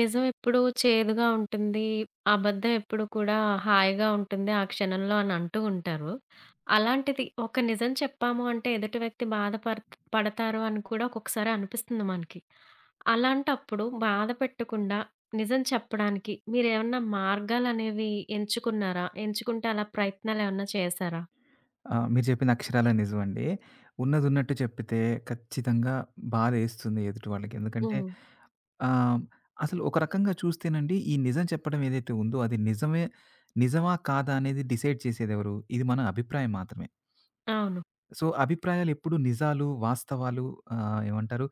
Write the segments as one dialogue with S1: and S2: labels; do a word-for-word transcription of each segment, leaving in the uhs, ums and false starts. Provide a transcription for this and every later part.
S1: నిజం ఎప్పుడూ చేదుగా ఉంటుంది. అబద్ధం ఎప్పుడు కూడా హాయిగా ఉంటుంది ఆ క్షణంలో అని అంటూ ఉంటారు. అలాంటిది ఒక నిజం చెప్పాము అంటే ఎదుటి వ్యక్తి బాధపర్ పడతారు అని కూడా ఒక్కొక్కసారి అనిపిస్తుంది మనకి. అలాంటప్పుడు బాధ పెట్టకుండా నిజం చెప్పడానికి మీరేమన్నా మార్గాలనేవి ఎంచుకున్నారా? ఎంచుకుంటే అలా ప్రయత్నాలేమన్నా చేశారా?
S2: ఆ! మీరు చెప్పింది అక్షరాల నిజమండి. ఉన్నదున్నట్టు చెప్పితే ఖచ్చితంగా బాధేస్తుంది ఎదుటి వాళ్ళకి. ఎందుకంటే
S1: హ్మ్.
S2: ఆహ్, అసలు ఒక రకంగా చూస్తేనండి ఈ నిజం చెప్పడం ఏదైతే ఉందో అది నిజమే. నిజమా? కాదా? అనేది డిసైడ్ చేసేదెవరు? ఇది మన అభిప్రాయం మాత్రమే.
S1: అవును.
S2: సో, అభిప్రాయాలెప్పుడూ నిజాలు, వాస్తవాలు, ఆహ్, ఏమంటారు,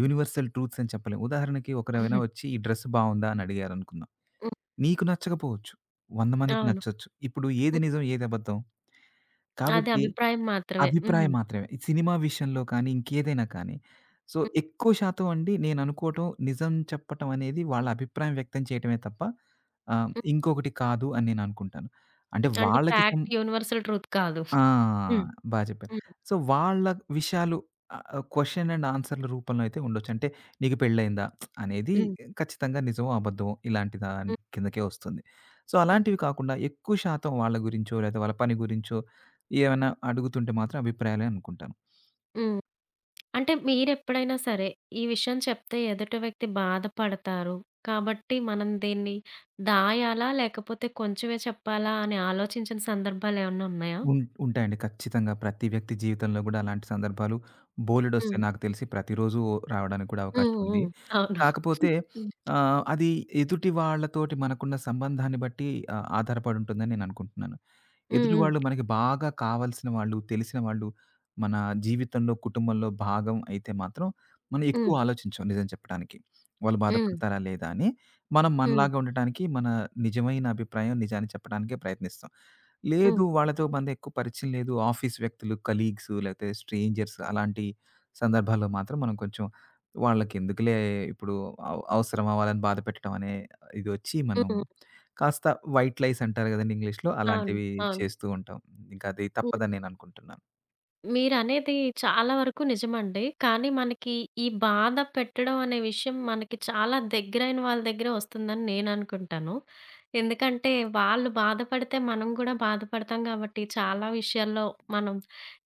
S2: యూనివర్సల్ ట్రూత్స్ అని చెప్పలేం. ఉదాహరణకి ఒకరెవరైనా
S1: హ్మ్.
S2: వచ్చి "ఈ డ్రెస్ బావుందా?" అని అడిగారనుకుందాం.
S1: హ్మ్.
S2: నీకు నచ్చకపోవచ్చు. వంద మందికి
S1: అవును.
S2: నచ్చొచ్చు. ఇప్పుడు ఏది
S1: హ్మ్.
S2: నిజం? ఏది అబద్ధం?
S1: అది
S2: కాబట్టి
S1: అభిప్రాయం మాత్రమే. హ్మ్.
S2: అభిప్రాయం మాత్రమే. ఇది సినిమా విషయంలో కానీ, ఇంకేదైనా కానీ. సో,
S1: హ్మ్.
S2: ఎక్కువ శాతం అండి నేననుకోవటం, నిజం చెప్పటం అనేది వాళ్ళ అభిప్రాయం వ్యక్తం చేయటమే తప్ప ఆహ్,
S1: హ్మ్.
S2: ఇంకొకటి కాదు అని నేననుకుంటాను. అంటే
S1: అంటే
S2: వాళ్ళకి సం
S1: ఫ్యాక్ట్ యూనివర్సల్ ట్రూత్ కాదు.
S2: ఆ!
S1: హ్మ్.
S2: బా చెప్పారు.
S1: హ్మ్.
S2: సో, వాళ్ళ విషయాలు ఆహ్, క్వెషన్ అండ్ ఆన్సర్‌ల రూపంలో అయితే ఉండొచ్చు. అంటే నీకు పెళ్లయిందా? అనేది
S1: హ్మ్.
S2: ఖచ్చితంగా నిజమో, అబద్ధమో ఇలాంటి దాని
S1: హ్మ్.
S2: కిందకే వస్తుంది. సో, అలాంటివి కాకుండా ఎక్కువ శాతం వాళ్ళ గురించో, లేదా వాళ్ళ పని గురించో ఏమైనా అడుగుతుంటే మాత్రం అభిప్రాయాలే అనుకుంటాను.
S1: హ్మ్. అంటే మీరెప్పుడైనా సరే, ఈ విషయం చెప్తే ఎదుటి వ్యక్తి బాధపడతారు. కాబట్టి మనం దీన్ని దాయాలా? లేకపోతే కొంచెమే చెప్పాలా? అని ఆలోచించిన సందర్భాలేమన్నా ఉన్నాయా?
S2: ఉన్ ఉంటాయండి. ఖచ్చితంగా ప్రతి వ్యక్తి జీవితంలో గూడా అలాంటి సందర్భాలు బోలెడొస్తాయి.
S1: హ్మ్.
S2: నాకు తెలిసి ప్రతిరోజు రావడానికి కూడా అవకాశం
S1: హ్మ్.
S2: ఉంది.
S1: హ్మ్. అవును.
S2: కాకపోతే
S1: హ్మ్.
S2: ఆహ్, అది ఎదుటి వాళ్ళతోటి మనకున్న సంబంధాన్ని బట్టి ఆహ్, ఆధారపడి ఉంటుందని నేననుకుంటున్నాను. ఎదుటి
S1: హ్మ్.
S2: వాళ్ళు మనకి బాగా కావాల్సిన వాళ్ళు, తెలిసిన వాళ్ళు, మన జీవితంలో, కుటుంబంలో భాగం అయితే మాత్రం మనం ఎక్కువ
S1: హ్మ్.
S2: ఆలోచించం నిజం చెప్పడానికి. వాళ్ళు
S1: హ్మ్.
S2: బాధపడతారా లేదా అని. మనం
S1: హ్మ్. హ్మ్.
S2: మనలాగా ఉండటానికి మన నిజమైన అభిప్రాయం, నిజాన్ని చెప్పడానికే ప్రయత్నిస్తాం. లేదు
S1: హ్మ్.
S2: వాళ్ళతో మన ఎక్కువ పరిచయం లేదు. ఆఫీస్ వ్యక్తులు, కలీగ్స్ లేకపోతే స్ట్రేంజర్స్ అలాంటి సందర్భాల్లో మాత్రం మనం కొంచెం వాళ్ళకెందుకులే ఇప్పుడు అవ అవసరమా వాళ్ళని బాధ పెట్టడం అనే ఇదొచ్చి మనం
S1: హ్మ్.
S2: కాస్త వైట్ లైస్ అంటారు గదండీ! ఇంగ్లీష్‌లో.
S1: అవును.
S2: అలాంటివి
S1: అవును.
S2: చేస్తూ ఉంటాం. ఇంకా అది
S1: హ్మ్.
S2: తప్పదని నేననుకుంటున్నాను.
S1: మీరనేది చాలా వరకు నిజమండి. కానీ మనకి ఈ బాధ పెట్టడం అనే విషయం మనకి చాలా దగ్గరైన వాళ్ళ దగ్గరే వస్తుందని నేననుకుంటాను. ఎందుకంటే వాళ్ళు బాధపడితే మనం గూడా బాధపడతాం గాబట్టి చాలా విషయాల్లో మనం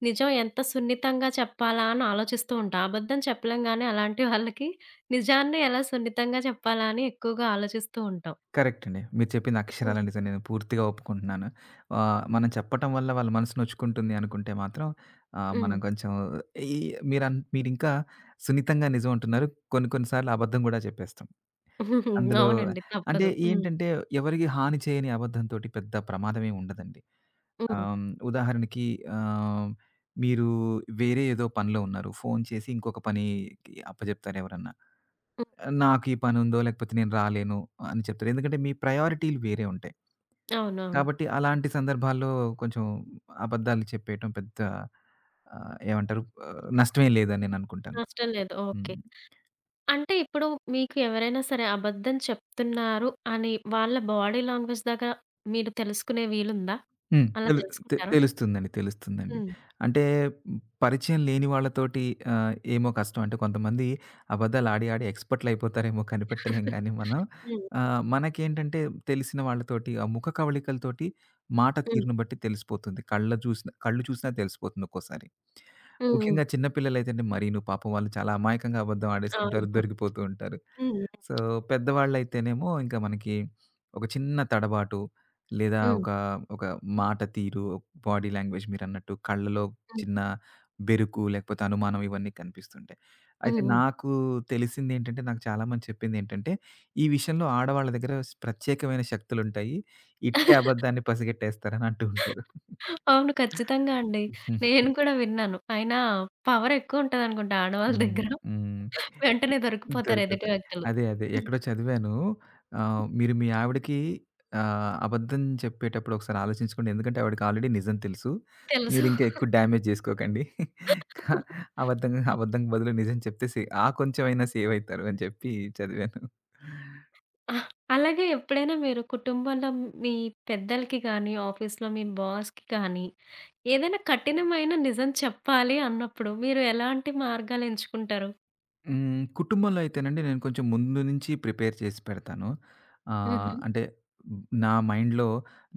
S1: నిజం ఎంత సున్నితంగా చెప్పాలా అని ఆలోచిస్తూ ఉంటాం. అబద్ధం చెప్పలేం గానీ అలాంటి వాళ్ళకి నిజాన్ని ఎలా సున్నితంగా చెప్పాలా అని ఎక్కువగా ఆలోచిస్తూ ఉంటాం.
S2: కరెక్ట్ అండి. మీరు చెప్పింది అక్షరాల
S1: హ్మ్.
S2: నిజం. నేను పూర్తిగా ఒప్పుకుంటున్నాను. ఆహ్, మనం చెప్పటం వల్ల వాళ్ళ మనసు నొచ్చుకుంటుంది అనుకుంటే మాత్రం ఆహ్, మనం
S1: హ్మ్.
S2: కొంచెం ఈ మీరన్ మీరింకా సున్నితంగా నిజం అంటున్నారు. కొన్ని కొన్ని సార్లు అబద్ధం గూడా చెప్పేస్తాం. అందులో
S1: అవునండి.
S2: అంటే
S1: తప్పదు. హ్మ్.
S2: ఏంటంటే ఎవరికీ హాని చేయని అబద్ధం తోటి పెద్ద ప్రమాదమేం ఉండదండి.
S1: హ్మ్.
S2: ఆహ్, హ్మ్. ఉదాహరణకి ఆహ్, మీరు వేరే ఏదో పనిలో ఉన్నారు. ఫోను చేసి ఇంకొక పనికి అప్పజెప్తారు ఎవరన్నా.
S1: హ్మ్.
S2: నాకు ఈ పనుందో లేకపోతే నేను రాలేను అని చెప్తారు. ఎందుకంటే మీ ప్రయారిటీలు వేరే ఉంటాయి.
S1: అవునవును.
S2: కాబట్టి అలాంటి సందర్భాల్లో కొంచెం అబద్ధాలు చెప్పేయటం పెద్ద ఆహ్, ఏమంటారు, ఆహ్, నష్టమేం లేదని నేననుకుంటాను.
S1: నష్టం లేదు.
S2: హ్మ్.
S1: ఓకే. అంటే ఇప్పుడు మీకు ఎవరైనా సరే అబద్ధం చెప్తున్నారు అని వాళ్ళ బాడీ లాంగ్వేజ్ దాకా మీరు తెలుసుకునే వీలుందా?
S2: హ్మ్.
S1: అలా
S2: తెలు తె
S1: తెలుసుకుంటారా?
S2: తెలుస్తుందండి. తెలుస్తుందండి.
S1: హ్మ్.
S2: అంటే పరిచయం లేని వాళ్ళతోటి ఆహ్, ఏమో కష్టం. అంటే కొంతమంది అబద్దాలు ఆడి, ఆడి ఎక్స్‌పర్ట్‌లయిపోతారేమో కనిపెట్టలేం గానీ మనం.
S1: హ్మ్.
S2: ఆహ్, మనకేంటంటే తెలిసిన వాళ్ళతోటి ఆ ముఖ కవళికలతోటి మాట
S1: హ్మ్. హ్మ్.
S2: తీరును బట్టి తెలిసిపోతుంది. కళ్ళ చూసిన కళ్ళు చూసినా తెలిసిపోతుంది ఒక్కోసారి.
S1: హ్మ్.
S2: ముఖ్యంగా చిన్న పిల్లలైతేనే మరీను పాపం వాళ్ళు చాలా అమాయకంగా అబద్ధం ఆడేస్తుంటారు.
S1: అవును.
S2: దొరికిపోతూ ఉంటారు.
S1: హ్మ్.
S2: సో, పెద్దవాళ్ళైతేనేమో ఇంకా మనకి ఒక చిన్న తడబాటు, లేదా
S1: హ్మ్.
S2: ఒక ఒక మాట తీరు, బాడీ లాంగ్వేజ్ మీరన్నట్టు కళ్ళలో
S1: హ్మ్.
S2: చిన్న బెరుకు, లేకపోతే అనుమానం, ఇవన్నీ కనిపిస్తుంటాయి. అయితే
S1: హ్మ్. హ్మ్.
S2: నాకు తెలిసిందేంటంటే, నాకు చాలామంది చెప్పిందేంటంటే, ఈ విషయంలో ఆడవాళ్ళ దగ్గర స్ ప్రత్యేకమైన శక్తులుంటాయి. ఇట్టే అబద్ధాన్ని పసిగట్టేస్తారని అంటూ ఉంటారు.
S1: అవును. ఖచ్చితంగా అండి. నేను కూడా విన్నాను. అయినా పవర్ ఎక్కువుంటదనుకుంటా ఆడవాళ్ళ
S2: హ్మ్.
S1: దగ్గర.
S2: హ్మ్.
S1: వెంటనే దొరికిపోతారు ఎదుటి
S2: దొరుకుతాయి.
S1: వ్యక్తులు.
S2: అదే. అదే.
S1: హ్మ్.
S2: ఎక్కడో చదివాను. ఆహ్, మీరు మీ ఆవిడకి ఆహ్, అబద్ధం చెప్పేటప్పుడు ఒకసారి ఆలోచించుకోండి. ఎందుకంటే ఆవిడకి ఆల్రెడీ నిజం తెలుసు.
S1: తెలుసు.
S2: మీరింకా ఎక్కువ డ్యామేజ్ జేసుకోకండి. కా అబద్ధం అబద్ధం బదులు నిజం చెప్తే సే ఆ కొంచెమైనా సేవ్ అయితారు అని చెప్పి చదివాను.
S1: ఆహ్, అలాగే ఎప్పుడైనా మీరు కుటుంబంలో మీ పెద్దలకి గానీ, ఆఫీస్‌లో మీ బాస్‌కి కానీ, ఏదైనా కఠినమైన నిజం చెప్పాలి అన్నప్పుడు మీరు ఎలాంటి మార్గాలెంచుకుంటారు?
S2: హ్మ్. కుటుంబంలో అయితేనండి నేను కొంచెం ముందు నుంచి ప్రిపేర్ చేసి పెడతాను. ఆహ్,
S1: హుహు.
S2: అంటే నా మైండ్‌లో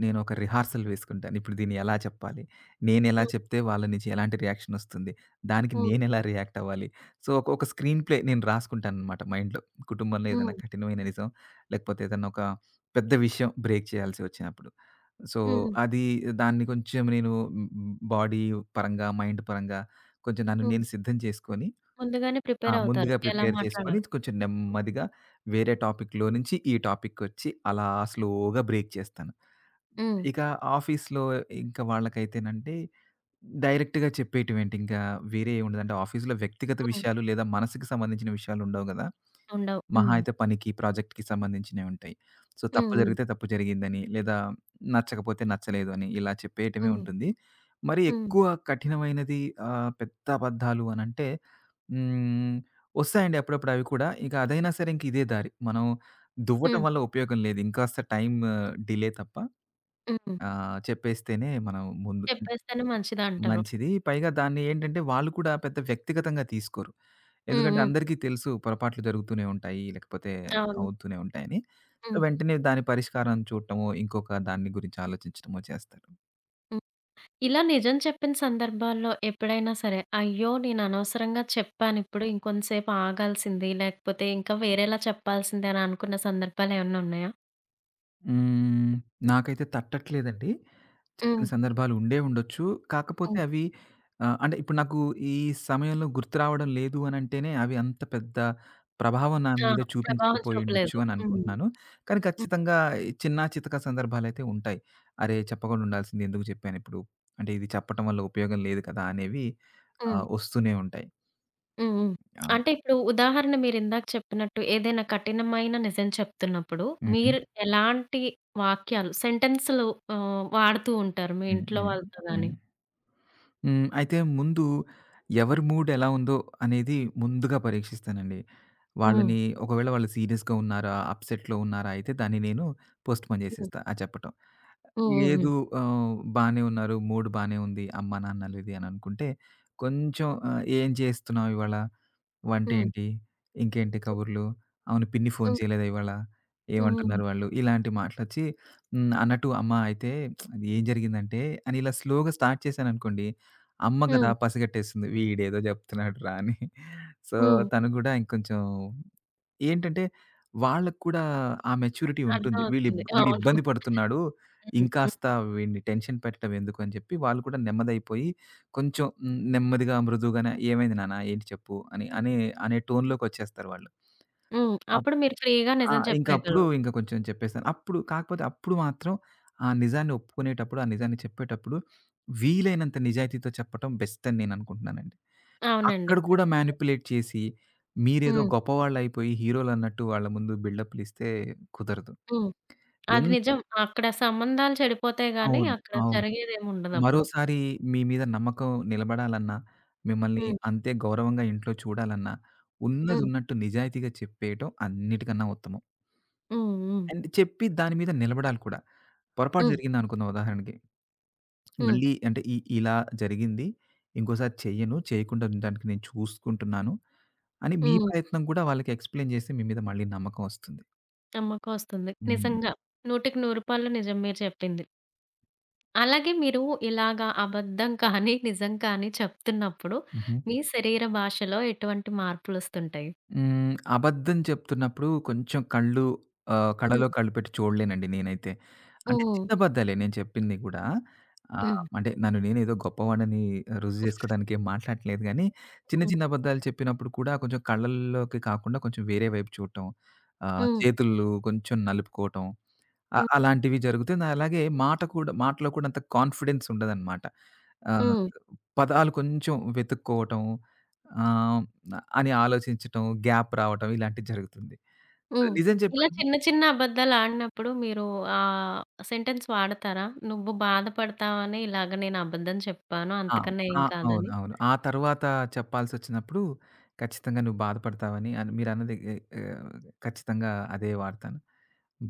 S2: నేను ఒక రిహార్సల్ వేసుకుంటాను. ఇప్పుడు దీన్ని ఎలా చెప్పాలి? నేనెలా
S1: హ్మ్.
S2: చెప్తే వాళ్ళ నుంచి ఎలాంటి రియాక్షన్ ఒస్తుంది? దానికి
S1: హ్మ్.
S2: నేనెలా రియాక్ట్ అవ్వాలి? సో, ఒక ఒక స్క్రీన్ ప్లే నేను రాసుకుంటాననమాట మైండ్‌లో. కుటుంబంలో ఏదైనా
S1: హ్మ్.
S2: కఠినమైన నిజం, లేకపోతే ఏదన్నా ఒక పెద్ద విషయం బ్రేక్ చేయాల్సి ఒచ్చినప్పుడు. సో,
S1: హ్మ్.
S2: అది దాన్ని కొంచెం నేను హ్మ్, హ్మ్, బాడీ పరంగా, మైండ్ పరంగా కొంచెం నన్ను
S1: హ్మ్.
S2: నేను సిద్ధం చేసుకొని
S1: ముందుగానే
S2: ఆ!
S1: ప్రిపేర్ అవుతారు.
S2: ముందుగా
S1: ఎలా
S2: ప్రిపేర్ చేసుకొని
S1: మాట్లాడాలి?
S2: కొంచెం నెమ్మదిగా వేరే టాపిక్‌లో నుంచి ఈ టాపిక్‌కొచ్చి అలా స్లోగా బ్రేక్ చేస్తాను.
S1: హ్మ్.
S2: ఇక ఆఫీస్‌లో ఇంక వాళ్ళకైతేనంటే డైరెక్ట్‌గా చెప్పేటివేంటి, ఇంకా వేరే ఏముండదు. అంటే ఆఫీస్‌లో వ్యక్తిగత
S1: హ్మ్.
S2: విషయాలు లేదా మనసుకి సంబంధించిన విషయాలుండవు గదా!
S1: ఉండవు.
S2: మహా
S1: హ్మ్.
S2: అయితే పనికి, ప్రాజెక్ట్‌కి సంబంధించినవి ఉంటాయి. సో,
S1: హ్మ్.
S2: తప్పు
S1: హ్మ్.
S2: జరిగితే తప్పు జరిగిందని, లేదా నచ్చకపోతే నచ్చలేదు అని ఇలా చెప్పేయటమే
S1: హ్మ్.
S2: ఉంటుంది. మరి
S1: హ్మ్.
S2: ఎక్కువ కఠినమైనది, ఆహ్, పెద్ద అబద్ధాలు అనంటే, హ్మ్, ఒస్తాయండి అప్పుడప్పుడు అవి కూడా. ఇక అదైనా సరే ఇంక ఇదే దారి. మనం దువ్వటం
S1: హ్మ్.
S2: వల్ల ఉపయోగం లేదు. ఇంకాస్త టైమ్ డిలే తప్ప
S1: హ్మ్.
S2: ఆహ్, చెప్పేస్తేనే మనం ముందు
S1: చెప్పేస్తేనే మంచిదంటారు.
S2: మంచిది. పైగా దాన్ని ఏంటంటే వాళ్ళు కూడా పెద్ద వ్యక్తిగతంగా తీసుకోరు.
S1: హ్మ్.
S2: ఎందుకంటే
S1: హ్మ్.
S2: అందరికీ తెలుసు పొరపాట్లు జరుగుతూనే ఉంటాయి, లేకపోతే
S1: అవును.
S2: అవుతూనే ఉంటాయని. సో,
S1: హ్మ్.
S2: వెంటనే దాని పరిష్కారం చూడటమో, ఇంకొక దాన్ని గురించి ఆలోచించటమో చేస్తారు.
S1: హ్మ్. ఇలా నిజం చెప్పిన సందర్భాల్లో ఎప్పుడైనా సరే, అయ్యో! నేను అనవసరంగా చెప్పానిప్పుడు. ఇంకొంతసేపు ఆగాల్సింది, లేకపోతే ఇంకా వేరేలా చెప్పాల్సింది అని అనుకున్న సందర్భాలేమన్నా ఉన్నాయా?
S2: హ్మ్. నాకైతే తట్టట్లేదండి. చెప్పిన
S1: హ్మ్.
S2: సందర్భాలు ఉండే ఉండొచ్చు. కాకపోతే
S1: హ్మ్.
S2: అవి ఆహ్, అంటే ఇప్పుడు నాకు ఈ సమయంలో గుర్తు రావడం లేదు అనంటేనే అవి అంత పెద్ద ప్రభావం నా
S1: ఆ!
S2: మీద
S1: ప్రభావం
S2: చూపించకపోయుండొచ్చు
S1: చూపలేదు.
S2: అని
S1: హ్మ్.
S2: అనుకుంటున్నాను. కానీ
S1: హ్మ్.
S2: ఖచ్చితంగా ఈ చిన్నా చితకా సందర్భాలైతే ఉంటాయి. అరే! చెప్పకుండా ఉండాల్సింది, ఎందుకు చెప్పానిప్పుడు? అంటే ఇది చెప్పటం వల్ల ఉపయోగం లేదు కదా! అనేవి
S1: హ్మ్.
S2: ఆహ్, వస్తూనే ఉంటాయి.
S1: హ్మ్. హ్మ్.
S2: అవును.
S1: అంటే ఇప్పుడు ఉదాహరణ మీరిందాక చెప్పినట్టు ఏదైనా కఠినమైన నిజం చెప్తున్నప్పుడు,
S2: హుహు.
S1: మీరు ఎలాంటి వాక్యాలు, సెంటెన్స్‌లు ఆహ్, వాడుతూ ఉంటారు మీ
S2: హ్మ్.
S1: ఇంట్లో
S2: హ్మ్.
S1: వాళ్ళతో గాని?
S2: హ్మ్. హ్మ్. అయితే ముందు ఎవరి మూడ్ ఎలా ఉందో అనేది ముందుగా పరీక్షిస్తానండి.
S1: హ్మ్.
S2: వాళ్ళని ఒకవేళ వాళ్ళు సీరియస్‌గా ఉన్నారా? అప్‌సెట్‌లో ఉన్నారా? అయితే దాన్ని నేను పోస్ట్‌పోన్
S1: హ్మ్.
S2: చేసేస్తా ఆ చెప్పటం.
S1: హ్మ్. హ్మ్.
S2: లేదు ఆహ్, బానే ఉన్నారు. మూడ్ బానే ఉంది. అమ్మా, నాన్నలు ఇది అని అనుకుంటే కొంచెం ఆహ్, "ఏం చేస్తున్నావు ఇవాళ?" వంట
S1: హ్మ్.
S2: ఏంటి? ఇంకేంటి
S1: హ్మ్.
S2: కబుర్లు? అవును, పిన్ని ఫోను
S1: హ్మ్.
S2: చేయలేదా ఇవాళ?
S1: హ్మ్. హ్మ్.
S2: ఏమంటున్నారు వాళ్ళు? ఇలాంటి మాటలొచ్చి, హ్మ్. అన్నట్టు అమ్మ అయితే అది ఏం జరిగిందంటే అని ఇలా స్లోగా స్టార్ట్ చేశాననుకోండి, అమ్మ కదా
S1: హ్మ్.
S2: పసిగట్టేస్తుంది. వీడేదో జెప్తున్నాడురా అని. సో,
S1: హ్మ్.
S2: తను గూడా ఇంకొంచెం ఏంటంటే వాళ్ళకి కూడా ఆ మెచ్యూరిటీ ఉంటుంది. వీళ్ళిబ్
S1: అర్థమవుతుంది.
S2: వీడు
S1: అవును.
S2: ఇబ్బంది పడుతున్నాడు.
S1: హ్మ్. హ్మ్.
S2: ఇంకాస్త వీడిని టెన్షన్ పెట్టడం ఎందుకు అని చెప్పి వాళ్ళు కూడా నెమ్మదయిపోయి కొంచెం హ్మ్, నెమ్మదిగా, మృదువుగానే "ఏమైంది నాన్న? ఏంటి చెప్పు" అని అనే అనే టోన్‌లోకొచ్చేస్తారు వాళ్ళు.
S1: హ్మ్.
S2: అప్
S1: అప్పుడు మీరు ఫ్రీగా
S2: ఆ!
S1: నిజం
S2: ఇంకప్పుడు
S1: చెప్పేయగలరు.
S2: ఇంక కొంచెం చెప్పేస్తాను. అప్పుడు కాకపోతే అప్పుడు మాత్రం ఆ నిజాన్ని ఒప్పుకునేటప్పుడు, ఆ నిజాన్ని చెప్పేటప్పుడు వీలైనంత నిజాయితీతో చెప్పటం బెస్ట్ అని నేననుకుంటున్నానండి.
S1: అవునండి.
S2: అక్కడ కూడా
S1: ఖచ్చితంగా.
S2: మానిప్యులేట్ చేసి, మీరేదో
S1: హ్మ్.
S2: గొప్పవాళ్ళయిపోయి హీరోలన్నట్టు వాళ్ళ ముందు బిల్డప్‌లిస్తే కుదరదు.
S1: హ్మ్. అది
S2: ఎన్
S1: నిజం. అక్కడ సంబంధాలు చెడిపోతాయి గానీ,
S2: అవును.
S1: అక్కడ
S2: అవును.
S1: జరిగేదేముండదప్పుడు.
S2: మరోసారి మీ మీద నమ్మకం నిలబడాలన్నా, మిమ్మల్ని
S1: హ్మ్.
S2: అంతే గౌరవంగా ఇంట్లో చూడాలన్నా,
S1: హ్మ్.
S2: ఉన్నదున్నట్టు నిజాయితీగా చెప్పేయటం అన్నిటికన్నా ఉత్తమం.
S1: హ్మ్. హ్మ్.
S2: అండ్ చెప్పి దాని మీద నిలబడాలి కూడా. పొరపాటు
S1: హ్మ్.
S2: జరిగిందనుకుందాం ఉదాహరణకి.
S1: హ్మ్.
S2: మళ్ళీ అంటే ఇ ఇలా జరిగింది. ఇంకోసారి చెయ్యను. చేయకుండా ఉండడానికి నేను చూసుకుంటున్నాను అని మీ
S1: హ్మ్.
S2: ప్రయత్నం కూడా వాళ్ళకి ఎక్స్‌ప్లెయిన్ చేస్తే మీ మీద మళ్ళీ నమ్మకం వస్తుంది.
S1: నమ్మకమొస్తుంది.
S2: హ్మ్.
S1: నిజంగా. వందకి వంద నిజం మీరు చెప్పింది. అలాగే మీరు ఇలాగా అబద్ధం కానీ, నిజం కానీ చెప్తున్నప్పుడు
S2: హుహు.
S1: మీ శరీర భాషలో ఎటువంటి మార్పులొస్తుంటాయి?
S2: హ్మ్. అబద్ధం చెప్తున్నప్పుడు కొంచెం కళ్ళు, ఆహ్, కళ్ళలో
S1: హ్మ్.
S2: కళ్ళు పెట్టి చూడలేనండి నేనైతే. అంటే
S1: హ్మ్.
S2: చిన్నబద్దాలే నేను చెప్పింది గూడా. ఆహ్,
S1: హ్మ్.
S2: అంటే నన్ను నేనేదో గొప్పవాడిని రుజువు జేసుకోవడానికి ఏం మాట్లాడట్లేదు గానీ, చిన్న
S1: హ్మ్.
S2: చిన్న అబద్దాలు చెప్పినప్పుడు కూడా కొంచెం కళ్ళల్లోకి కాకుండా కొంచెం వేరే వైపు చూడటం, ఆహ్,
S1: హ్మ్.
S2: చేతులు కొంచెం నలుపుకోవటం, అ
S1: హ్మ్.
S2: అలాంటివి జరుగుతుంది. అలాగే మాట కూడా, మాటలో కూడా అంత కాన్ఫిడెన్స్ ఉండదనమాట. ఆ!
S1: హ్మ్.
S2: పదాలు కొంచెం వెతుక్కోవటం, ఆహ్, అని ఆలోచించటం, గ్యాప్ రావటం ఇలాంటివి జరుగుతుంది.
S1: హ్మ్.
S2: నిజం
S1: ఇలా
S2: చెప్పాలంటే
S1: చిన్న చిన్న అబద్దాలాడినప్పుడు మీరు ఆహ్, సెంటెన్స్ వాడతారా? నువ్వు బాధపడతావని ఇలాగ నేను అబద్ధం చెప్పాను.
S2: ఆ!
S1: అంతకన్నా
S2: ఆ!
S1: ఏం
S2: అవును.
S1: కాదని.
S2: అవును. ఆ తర్వాత చెప్పాల్సొచ్చినప్పుడు ఖచ్చితంగా నువ్వు బాధపడతావని అని మీరన్నది ఎ ఆహ్, ఖచ్చితంగా అదే వాడతాను.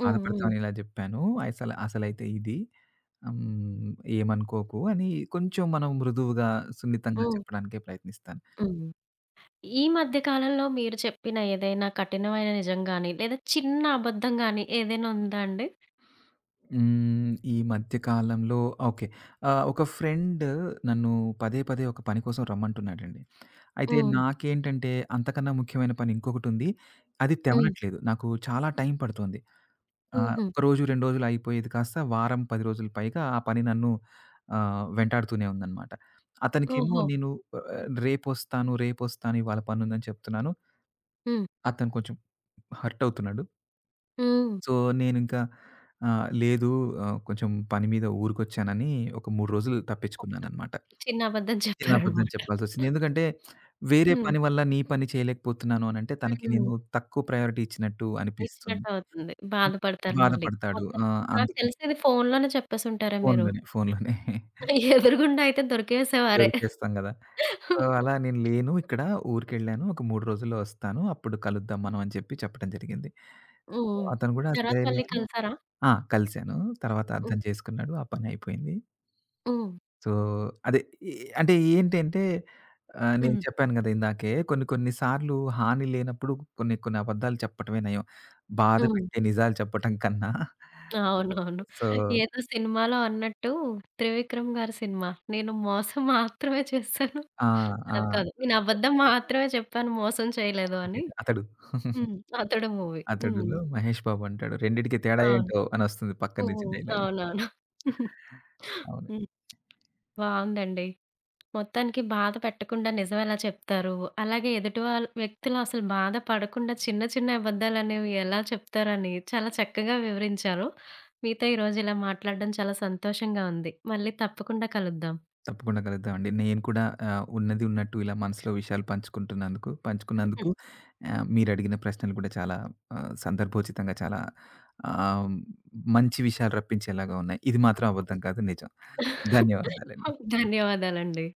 S1: హ్మ్. హ్మ్.
S2: బాధపడతావని ఇలా జెప్పాను. అసలు అసలైతే ఇది. హ్మ్. ఏమనుకోకు అని కొంచెం మనం మృదువుగా, సున్నితంగా
S1: హ్మ్.
S2: చెప్పడానికే ప్రయత్నిస్తాను.
S1: హ్మ్. ఈ మధ్య కాలంలో మీరు చెప్పిన ఏదైనా కఠినమైన నిజం గాని, లేదా చిన్న అబద్ధం గాని ఏదైనా ఉందా అండి?
S2: హ్మ్. ఈ మధ్య కాలంలో, ఓకే, ఆహ్, ఒక ఫ్రెండ్ నన్ను పదే, పదే ఒక పని కోసం రమ్మంటున్నాడండి. అయితే
S1: హ్మ్.
S2: నాకేంటంటే అంతకన్నా ముఖ్యమైన పని ఇంకొకటుంది. అది
S1: హ్మ్.
S2: తెవనట్లేదు. నాకు చాలా టైం పడుతోంది. ఆహ్,
S1: హుహు.
S2: ఒక రోజు, రెండు రోజులు అయిపోయేది కాస్త వారం, పది రోజులు పైగా ఆ పని నన్ను ఆహ్, వెంటాడుతూనే ఉందనమాట. అతనికేమో
S1: ఓహో!
S2: నేను ఆహ్, రేపొస్తాను, రేపొస్తాను, ఇవాళ పనుందని చెప్తున్నాను.
S1: హ్మ్.
S2: అతను కొంచెం హర్ట్ అవుతున్నాడు.
S1: హ్మ్.
S2: సో, నేనింకా ఆహ్, లేదు, ఆహ్, కొంచెం పని మీద ఊరికొచ్చానని ఒక మూడు రోజులు
S1: ఒక్క
S2: తప్పించుకున్నాననమాట.
S1: చిన్న అబద్ధం
S2: నేను అబద్ధం
S1: చెప్పారనమాట.
S2: చెప్పాల్సొచ్చింది. ఎందుకంటే, వేరే
S1: హ్మ్.
S2: పని వల్ల నీ పని చేయలేకపోతున్నాను అనంటే, తనకి
S1: హ్మ్.
S2: నేను తక్కువ ప్రయారిటీ ఇచ్చినట్టు అనిపిస్తుంది.
S1: ఇచ్చినట్టవుతుంది. బాధపడతారు మళ్ళీ.
S2: బాధపడతాడు.
S1: మొత్తం
S2: ఆ!
S1: నాకు
S2: అందుకని
S1: తెలిసి ఇది ఫోనులోనే చెప్పేసుంటారా మీరు?
S2: ఫోనులోనే, ఫోనులోనే
S1: ఎదురుగుండా అయితే దొరికేసేవారే.
S2: దొరికేస్తాం గదా! సో, అలా నేను లేను ఇక్కడ, ఊరికెళ్ళాను. ఒక మూడు రోజుల్లో వస్తాను. అప్పుడు కలుద్దాం మనం అని చెప్పి చెప్పడం జరిగింది. సో,
S1: హ్మ్.
S2: అతను గూడా
S1: తర్వాత
S2: సరేలే
S1: మళ్ళీ
S2: అని,
S1: కలిసారా?
S2: ఆ! కలిసాను. తర్వాత
S1: హ్మ్.
S2: అర్థం చేసుకున్నాడు. ఆ పనయిపోయింది.
S1: హ్మ్.
S2: సో, అదే, ఎ అంటే ఏంటంటే ఆహ్, నేను
S1: హ్మ్.
S2: చెప్పాను గదా! ఇందాకే, కొన్ని కొన్ని సార్లు హాని లేనప్పుడు కొన్ని కొన్ని అబద్ధాలు చెప్పటమే నయం, బాధ
S1: హ్మ్.
S2: పెట్టే నిజాలు చెప్పటం కన్నా.
S1: అవునవును.
S2: సో,
S1: ఏదో సినిమాలో అన్నట్టు 'త్రివిక్రమ్' గారి సినిమా. నేను మోసం మాత్రమే చేశాను.
S2: ఆ!
S1: కాదు
S2: ఆ!
S1: కాదు. నేను అబద్ధం మాత్రమే చెప్పాను మోసం చేయలేదు
S2: అదే
S1: అని.
S2: అతడు.
S1: హ్మ్. 'అతడు' మూవీ. హ్మ్.
S2: అతడులో 'మహేష్ బాబు' అంటాడు. రెండిటికి తేడా
S1: అవును.
S2: ఏంటో అనొస్తుంది పక్కన నుంచి
S1: హ్మ్.
S2: డైలాగ్.
S1: అవునవును.
S2: అవును.
S1: హ్మ్. బావుందండి. మొత్తానికి బాధ పెట్టకుండా నిజం ఎలా చెప్తారు? అలాగే ఎదుటి వాళ్ళ వ్యక్తులు అసలు బాధ పడకుండా చిన్న చిన్న అబద్దాలనేవి ఎలా చెప్తారని చాలా చక్కగా వివరించారు. మీతో ఈరోజు ఇలా మాట్లాడడం చాలా సంతోషంగా ఉంది. మళ్ళీ తప్పకుండా కలుద్దాం.
S2: తప్పకుండా కలుద్దామండి. నేను కూడా ఆహ్, ఉన్నది ఉన్నట్టు ఇలా మనసులో విషయాలు పంచుకుంటున్నందుకు పంచుకున్నందుకు, ఆహ్, మీరడిగిన ప్రశ్నలు కూడా చాలా ఆహ్, సందర్భోచితంగా, చాలా ఆహ్, మంచి విషయాలు రప్పించేలాగా ఉన్నాయి. ఇది మాత్రం అబద్ధం కాదు, నిజం. ధన్యవాదాలండి.
S1: ధన్యవాదాలండి.